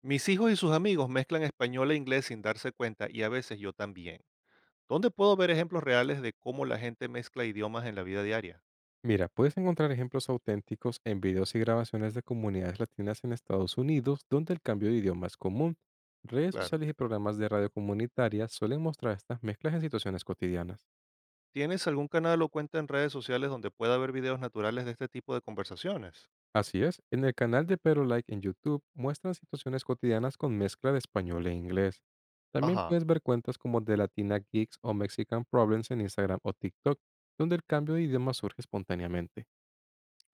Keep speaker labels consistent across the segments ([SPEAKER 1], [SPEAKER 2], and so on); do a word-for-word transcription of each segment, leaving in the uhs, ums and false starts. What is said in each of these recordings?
[SPEAKER 1] Mis hijos y sus amigos mezclan español e inglés sin darse cuenta y a veces yo también. ¿Dónde puedo ver ejemplos reales de cómo la gente mezcla idiomas en la vida diaria?
[SPEAKER 2] Mira, puedes encontrar ejemplos auténticos en videos y grabaciones de comunidades latinas en Estados Unidos, donde el cambio de idioma es común. Redes
[SPEAKER 1] Claro.
[SPEAKER 2] sociales y programas de radio comunitaria suelen mostrar estas mezclas en situaciones cotidianas.
[SPEAKER 1] ¿Tienes algún canal o cuenta en redes sociales donde pueda ver videos naturales de este tipo de conversaciones?
[SPEAKER 2] Así es, en el canal de Pero Like en YouTube muestran situaciones cotidianas con mezcla de español e inglés. También
[SPEAKER 1] Ajá.
[SPEAKER 2] puedes ver cuentas como The Latina Geeks o Mexican Problems en Instagram o TikTok, donde el cambio de idioma surge espontáneamente.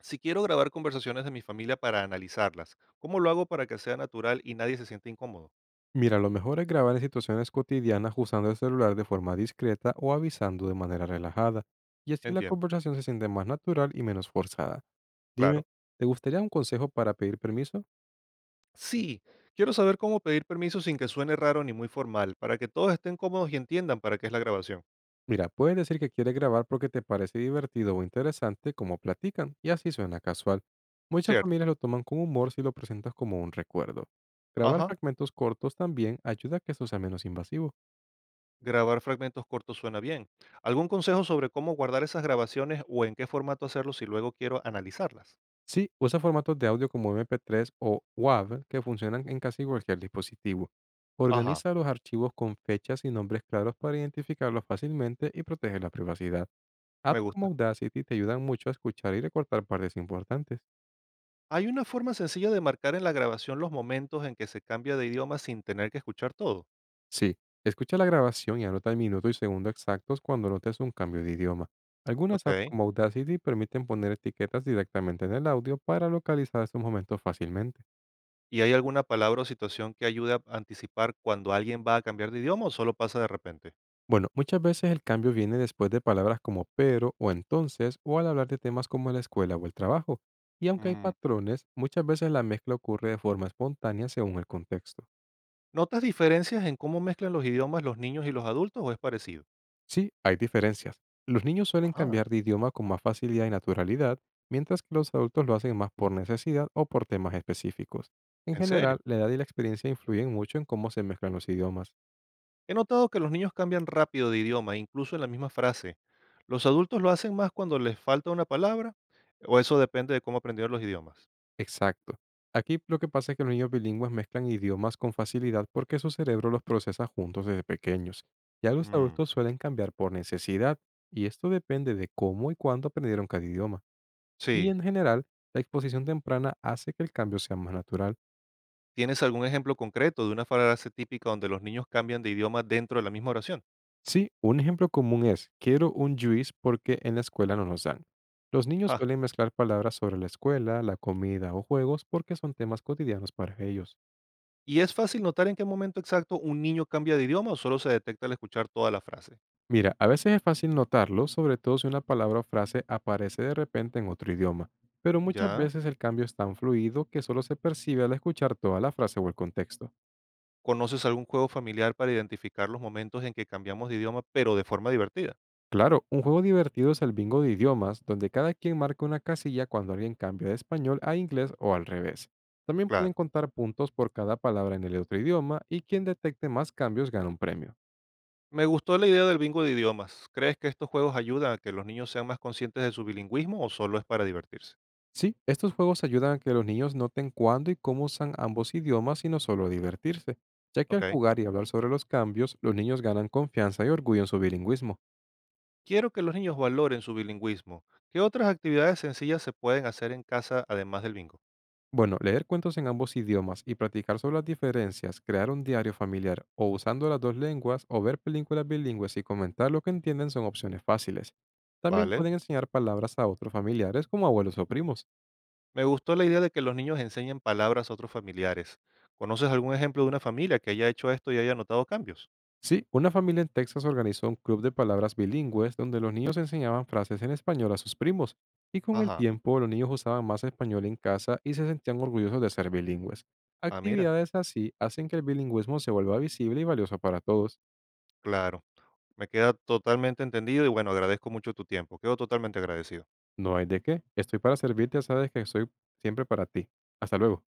[SPEAKER 1] Si quiero grabar conversaciones de mi familia para analizarlas, ¿cómo lo hago para que sea natural y nadie se sienta incómodo?
[SPEAKER 2] Mira, lo mejor es grabar en situaciones cotidianas usando el celular de forma discreta o avisando de manera relajada, y así la
[SPEAKER 1] Entiendo.
[SPEAKER 2] conversación se siente más natural y menos forzada. Dime,
[SPEAKER 1] Claro.
[SPEAKER 2] ¿te gustaría un consejo para pedir permiso?
[SPEAKER 1] Sí. Quiero saber cómo pedir permiso sin que suene raro ni muy formal, para que todos estén cómodos y entiendan para qué es la grabación.
[SPEAKER 2] Mira, puedes decir que quieres grabar porque te parece divertido o interesante como platican, y así suena casual. Muchas
[SPEAKER 1] Cierto.
[SPEAKER 2] familias lo toman con humor si lo presentas como un recuerdo. Grabar
[SPEAKER 1] Ajá.
[SPEAKER 2] fragmentos cortos también ayuda a que esto sea menos invasivo.
[SPEAKER 1] Grabar fragmentos cortos suena bien. ¿Algún consejo sobre cómo guardar esas grabaciones o en qué formato hacerlo si luego quiero analizarlas?
[SPEAKER 2] Sí, usa formatos de audio como M P tres o W A V que funcionan en casi cualquier dispositivo.
[SPEAKER 1] Ajá,
[SPEAKER 2] Organiza los archivos con fechas y nombres claros para identificarlos fácilmente y proteger la privacidad.
[SPEAKER 1] me
[SPEAKER 2] Apps como
[SPEAKER 1] gusta.
[SPEAKER 2] Audacity te ayudan mucho a escuchar y recortar partes importantes.
[SPEAKER 1] ¿Hay una forma sencilla de marcar en la grabación los momentos en que se cambia de idioma sin tener que escuchar todo?
[SPEAKER 2] Sí, escucha la grabación y anota el minuto y segundo exactos cuando notes un cambio de idioma. Algunas apps
[SPEAKER 1] Ok.
[SPEAKER 2] como Audacity permiten poner etiquetas directamente en el audio para localizar estos momentos fácilmente.
[SPEAKER 1] ¿Y hay alguna palabra o situación que ayude a anticipar cuando alguien va a cambiar de idioma o solo pasa de repente?
[SPEAKER 2] Bueno, muchas veces el cambio viene después de palabras como pero o entonces o al hablar de temas como la escuela o el trabajo. Y aunque hay
[SPEAKER 1] Mm.
[SPEAKER 2] patrones, muchas veces la mezcla ocurre de forma espontánea según el contexto.
[SPEAKER 1] ¿Notas diferencias en cómo mezclan los idiomas los niños y los adultos o es parecido?
[SPEAKER 2] Sí, hay diferencias. Los niños suelen
[SPEAKER 1] Ah,
[SPEAKER 2] cambiar de idioma con más facilidad y naturalidad, mientras que los adultos lo hacen más por necesidad o por temas específicos. En
[SPEAKER 1] ¿en
[SPEAKER 2] general,
[SPEAKER 1] serio?
[SPEAKER 2] la edad y la experiencia influyen mucho en cómo se mezclan los idiomas.
[SPEAKER 1] He notado que los niños cambian rápido de idioma, incluso en la misma frase. ¿Los adultos lo hacen más cuando les falta una palabra o eso depende de cómo aprendieron los idiomas?
[SPEAKER 2] Exacto. Aquí lo que pasa es que los niños bilingües mezclan idiomas con facilidad porque su cerebro los procesa juntos desde pequeños. Ya los
[SPEAKER 1] Mm,
[SPEAKER 2] adultos suelen cambiar por necesidad y esto depende de cómo y cuándo aprendieron cada idioma. Y
[SPEAKER 1] sí.
[SPEAKER 2] en general, la exposición temprana hace que el cambio sea más natural.
[SPEAKER 1] ¿Tienes algún ejemplo concreto de una frase típica donde los niños cambian de idioma dentro de la misma oración?
[SPEAKER 2] Sí, un ejemplo común es, quiero un juice porque en la escuela no nos dan. Los niños
[SPEAKER 1] Ja.
[SPEAKER 2] suelen mezclar palabras sobre la escuela, la comida o juegos porque son temas cotidianos para ellos.
[SPEAKER 1] ¿Y es fácil notar en qué momento exacto un niño cambia de idioma o solo se detecta al escuchar toda la frase?
[SPEAKER 2] Mira, a veces es fácil notarlo, sobre todo si una palabra o frase aparece de repente en otro idioma, pero muchas
[SPEAKER 1] ¿Ya?
[SPEAKER 2] veces el cambio es tan fluido que solo se percibe al escuchar toda la frase o el contexto.
[SPEAKER 1] ¿Conoces algún juego familiar para identificar los momentos en que cambiamos de idioma pero de forma divertida?
[SPEAKER 2] Claro, un juego divertido es el bingo de idiomas, donde cada quien marca una casilla cuando alguien cambia de español a inglés o al revés. También pueden
[SPEAKER 1] Claro.
[SPEAKER 2] contar puntos por cada palabra en el otro idioma y quien detecte más cambios gana un premio.
[SPEAKER 1] Me gustó la idea del bingo de idiomas. ¿Crees que estos juegos ayudan a que los niños sean más conscientes de su bilingüismo o solo es para divertirse?
[SPEAKER 2] Sí, estos juegos ayudan a que los niños noten cuándo y cómo usan ambos idiomas y no solo divertirse, ya que al
[SPEAKER 1] Ok.
[SPEAKER 2] jugar y hablar sobre los cambios, los niños ganan confianza y orgullo en su bilingüismo.
[SPEAKER 1] Quiero que los niños valoren su bilingüismo. ¿Qué otras actividades sencillas se pueden hacer en casa además del bingo?
[SPEAKER 2] Bueno, leer cuentos en ambos idiomas y practicar sobre las diferencias, crear un diario familiar o usando las dos lenguas o ver películas bilingües y comentar lo que entienden son opciones fáciles. También
[SPEAKER 1] Vale.
[SPEAKER 2] pueden enseñar palabras a otros familiares como abuelos o primos.
[SPEAKER 1] Me gustó la idea de que los niños enseñen palabras a otros familiares. ¿Conoces algún ejemplo de una familia que haya hecho esto y haya notado cambios?
[SPEAKER 2] Sí, una familia en Texas organizó un club de palabras bilingües donde los niños enseñaban frases en español a sus primos, y con el
[SPEAKER 1] Ajá.
[SPEAKER 2] tiempo los niños usaban más español en casa y se sentían orgullosos de ser bilingües.
[SPEAKER 1] Ah, mira.
[SPEAKER 2] Actividades así hacen que el bilingüismo se vuelva visible y valioso para todos.
[SPEAKER 1] Claro. Me queda totalmente entendido y bueno, agradezco mucho tu tiempo. Quedo totalmente agradecido.
[SPEAKER 2] No hay de qué. Estoy para servirte, ya sabes que soy siempre para ti. Hasta luego.